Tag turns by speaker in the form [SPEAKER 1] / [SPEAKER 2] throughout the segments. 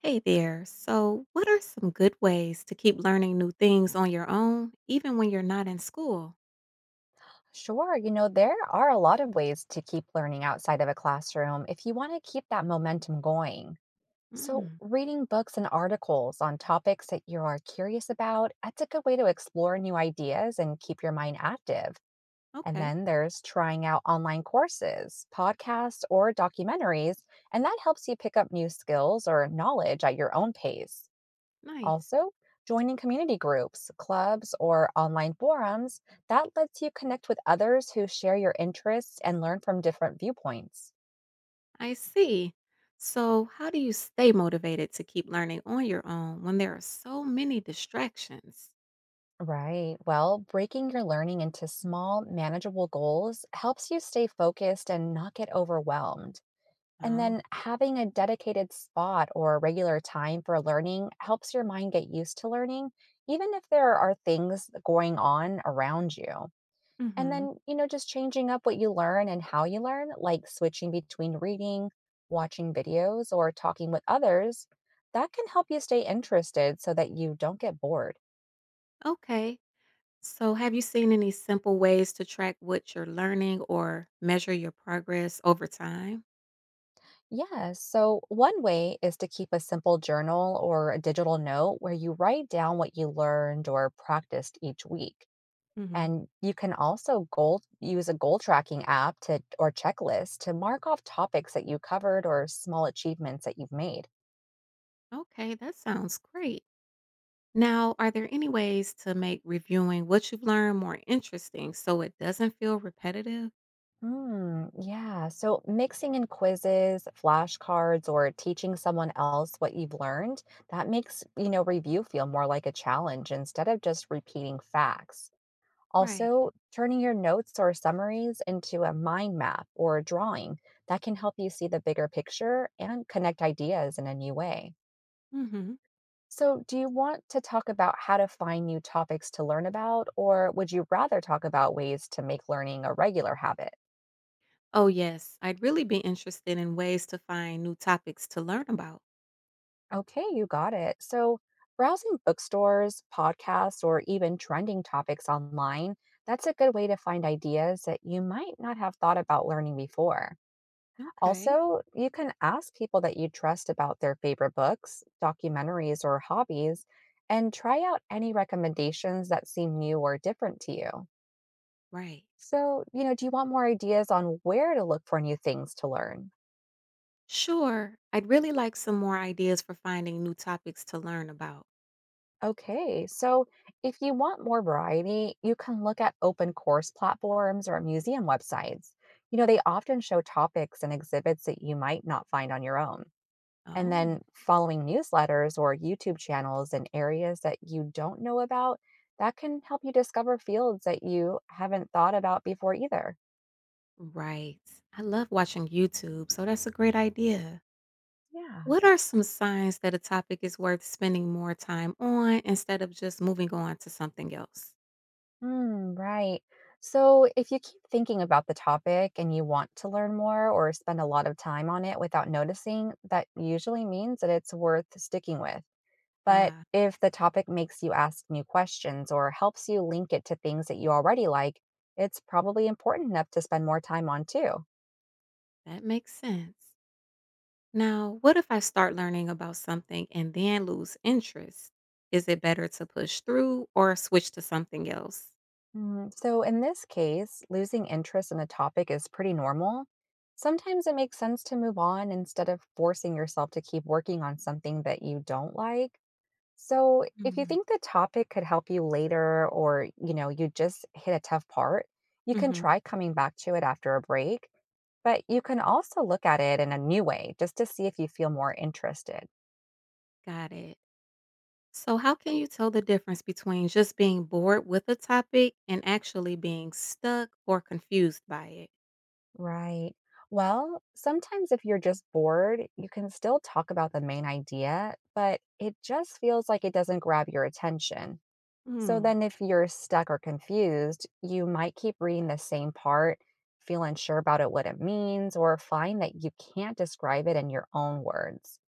[SPEAKER 1] Hey there. So, what are some good ways to keep learning new things on your own, even when you're not in school?
[SPEAKER 2] Sure, there are a lot of ways to keep learning outside of a classroom if you want to keep that momentum going. So,
[SPEAKER 1] Mm,
[SPEAKER 2] reading books and articles on topics that you are curious about, that's a good way to explore new ideas and keep your mind active. And
[SPEAKER 1] okay,
[SPEAKER 2] then there's trying out online courses, podcasts, or documentaries, and that helps you pick up new skills or knowledge at your own pace.
[SPEAKER 1] nice.
[SPEAKER 2] Also, joining community groups, clubs, or online forums, that lets you connect with others who share your interests and learn from different viewpoints.
[SPEAKER 1] I see. So, how do you stay motivated to keep learning on your own when there are so many distractions?
[SPEAKER 2] Right. Well, breaking your learning into small, manageable goals helps you stay focused and not get overwhelmed. And
[SPEAKER 1] Oh,
[SPEAKER 2] then having a dedicated spot or regular time for learning helps your mind get used to learning, even if there are things going on around you. And
[SPEAKER 1] mm-hmm.
[SPEAKER 2] then, just changing up what you learn and how you learn, like switching between reading, watching videos, or talking with others, that can help you stay interested so that you don't get bored.
[SPEAKER 1] Okay. So, have you seen any simple ways to track what you're learning or measure your progress over time?
[SPEAKER 2] Yes. So one way is to keep a simple journal or a digital note where you write down what you learned or practiced each week.
[SPEAKER 1] Hmm.
[SPEAKER 2] And you can also goal use a goal tracking app to or checklist to mark off topics that you covered or small achievements that you've made.
[SPEAKER 1] Okay, that sounds great. Now, are there any ways to make reviewing what you've learned more interesting so it doesn't feel repetitive?
[SPEAKER 2] Mm, yeah. So mixing in quizzes, flashcards, or teaching someone else what you've learned, that makes, review feel more like a challenge instead of just repeating facts.
[SPEAKER 1] Right.
[SPEAKER 2] Also, turning your notes or summaries into a mind map or a drawing that can help you see the bigger picture and connect ideas in a new way.
[SPEAKER 1] Hmm.
[SPEAKER 2] So, do you want to talk about how to find new topics to learn about, or would you rather talk about ways to make learning a regular habit?
[SPEAKER 1] Oh, yes, I'd really be interested in ways to find new topics to learn about.
[SPEAKER 2] Okay, you got it. So, browsing bookstores, podcasts, or even trending topics online, that's a good way to find ideas that you might not have thought about learning before.
[SPEAKER 1] Okay.
[SPEAKER 2] Also, you can ask people that you trust about their favorite books, documentaries, or hobbies, and try out any recommendations that seem new or different to you.
[SPEAKER 1] Right.
[SPEAKER 2] So, do you want more ideas on where to look for new things to learn?
[SPEAKER 1] Sure, I'd really like some more ideas for finding new topics to learn about.
[SPEAKER 2] Okay, so if you want more variety, you can look at open course platforms or museum websites. You know, they often show topics and exhibits that you might not find on your own. And
[SPEAKER 1] Oh.
[SPEAKER 2] then following newsletters or YouTube channels in areas that you don't know about, that can help you discover fields that you haven't thought about before either.
[SPEAKER 1] Right. I love watching YouTube, so that's a great idea.
[SPEAKER 2] Yeah.
[SPEAKER 1] What are some signs that a topic is worth spending more time on instead of just moving on to something else?
[SPEAKER 2] Mm, right. So, if you keep thinking about the topic and you want to learn more or spend a lot of time on it without noticing, that usually means that it's worth sticking with. But
[SPEAKER 1] Ah.
[SPEAKER 2] if the topic makes you ask new questions or helps you link it to things that you already like, it's probably important enough to spend more time on too.
[SPEAKER 1] That makes sense. Now, what if I start learning about something and then lose interest? Is it better to push through or switch to something else?
[SPEAKER 2] So, in this case, losing interest in a topic is pretty normal. Sometimes it makes sense to move on instead of forcing yourself to keep working on something that you don't like. So, if you
[SPEAKER 1] Mm-hmm.
[SPEAKER 2] think the topic could help you later or, you just hit a tough part, you can
[SPEAKER 1] Hmm.
[SPEAKER 2] try coming back to it after a break, but you can also look at it in a new way just to see if you feel more interested.
[SPEAKER 1] Got it. So, how can you tell the difference between just being bored with a topic and actually being stuck or confused by it?
[SPEAKER 2] Right. Well, sometimes if you're just bored, you can still talk about the main idea, but it just feels like it doesn't grab your attention. So
[SPEAKER 1] Mm.
[SPEAKER 2] then, if you're stuck or confused, you might keep reading the same part, feel unsure about it, what it means, or find that you can't describe it in your own words.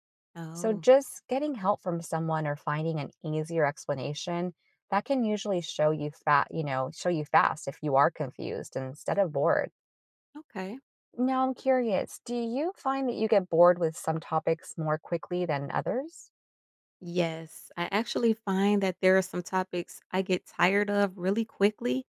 [SPEAKER 2] So,
[SPEAKER 1] Oh,
[SPEAKER 2] just getting help from someone or finding an easier explanation that can usually show you show you fast if you are confused instead of bored.
[SPEAKER 1] okay.
[SPEAKER 2] Now, I'm curious, do you find that you get bored with some topics more quickly than others?
[SPEAKER 1] Yes, I actually find that there are some topics I get tired of really quickly,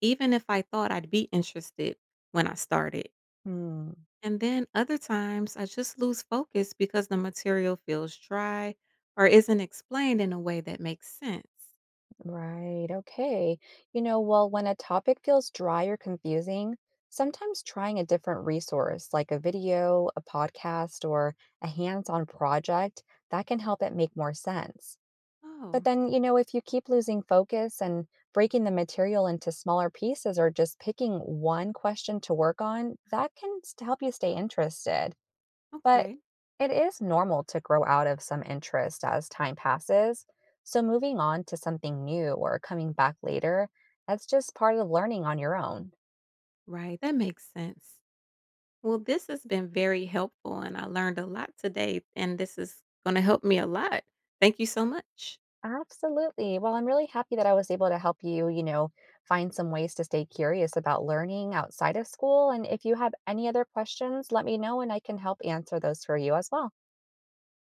[SPEAKER 1] even if I thought I'd be interested when I started.
[SPEAKER 2] Hmm.
[SPEAKER 1] And then other times I just lose focus because the material feels dry or isn't explained in a way that makes sense.
[SPEAKER 2] Right. Okay. Well, when a topic feels dry or confusing, sometimes trying a different resource like a video, a podcast, or a hands on project that can help it make more sense. But
[SPEAKER 1] Oh,
[SPEAKER 2] then, if you keep losing focus and breaking the material into smaller pieces or just picking one question to work on, that can help you stay interested. But
[SPEAKER 1] okay.
[SPEAKER 2] it is normal to grow out of some interest as time passes. So moving on to something new or coming back later, that's just part of learning on your own.
[SPEAKER 1] Right. That makes sense. Well, this has been very helpful and I learned a lot today, and this is going to help me a lot. Thank you so much.
[SPEAKER 2] Absolutely. Well, I'm really happy that I was able to help you, find some ways to stay curious about learning outside of school. And if you have any other questions, let me know and I can help answer those for you as well.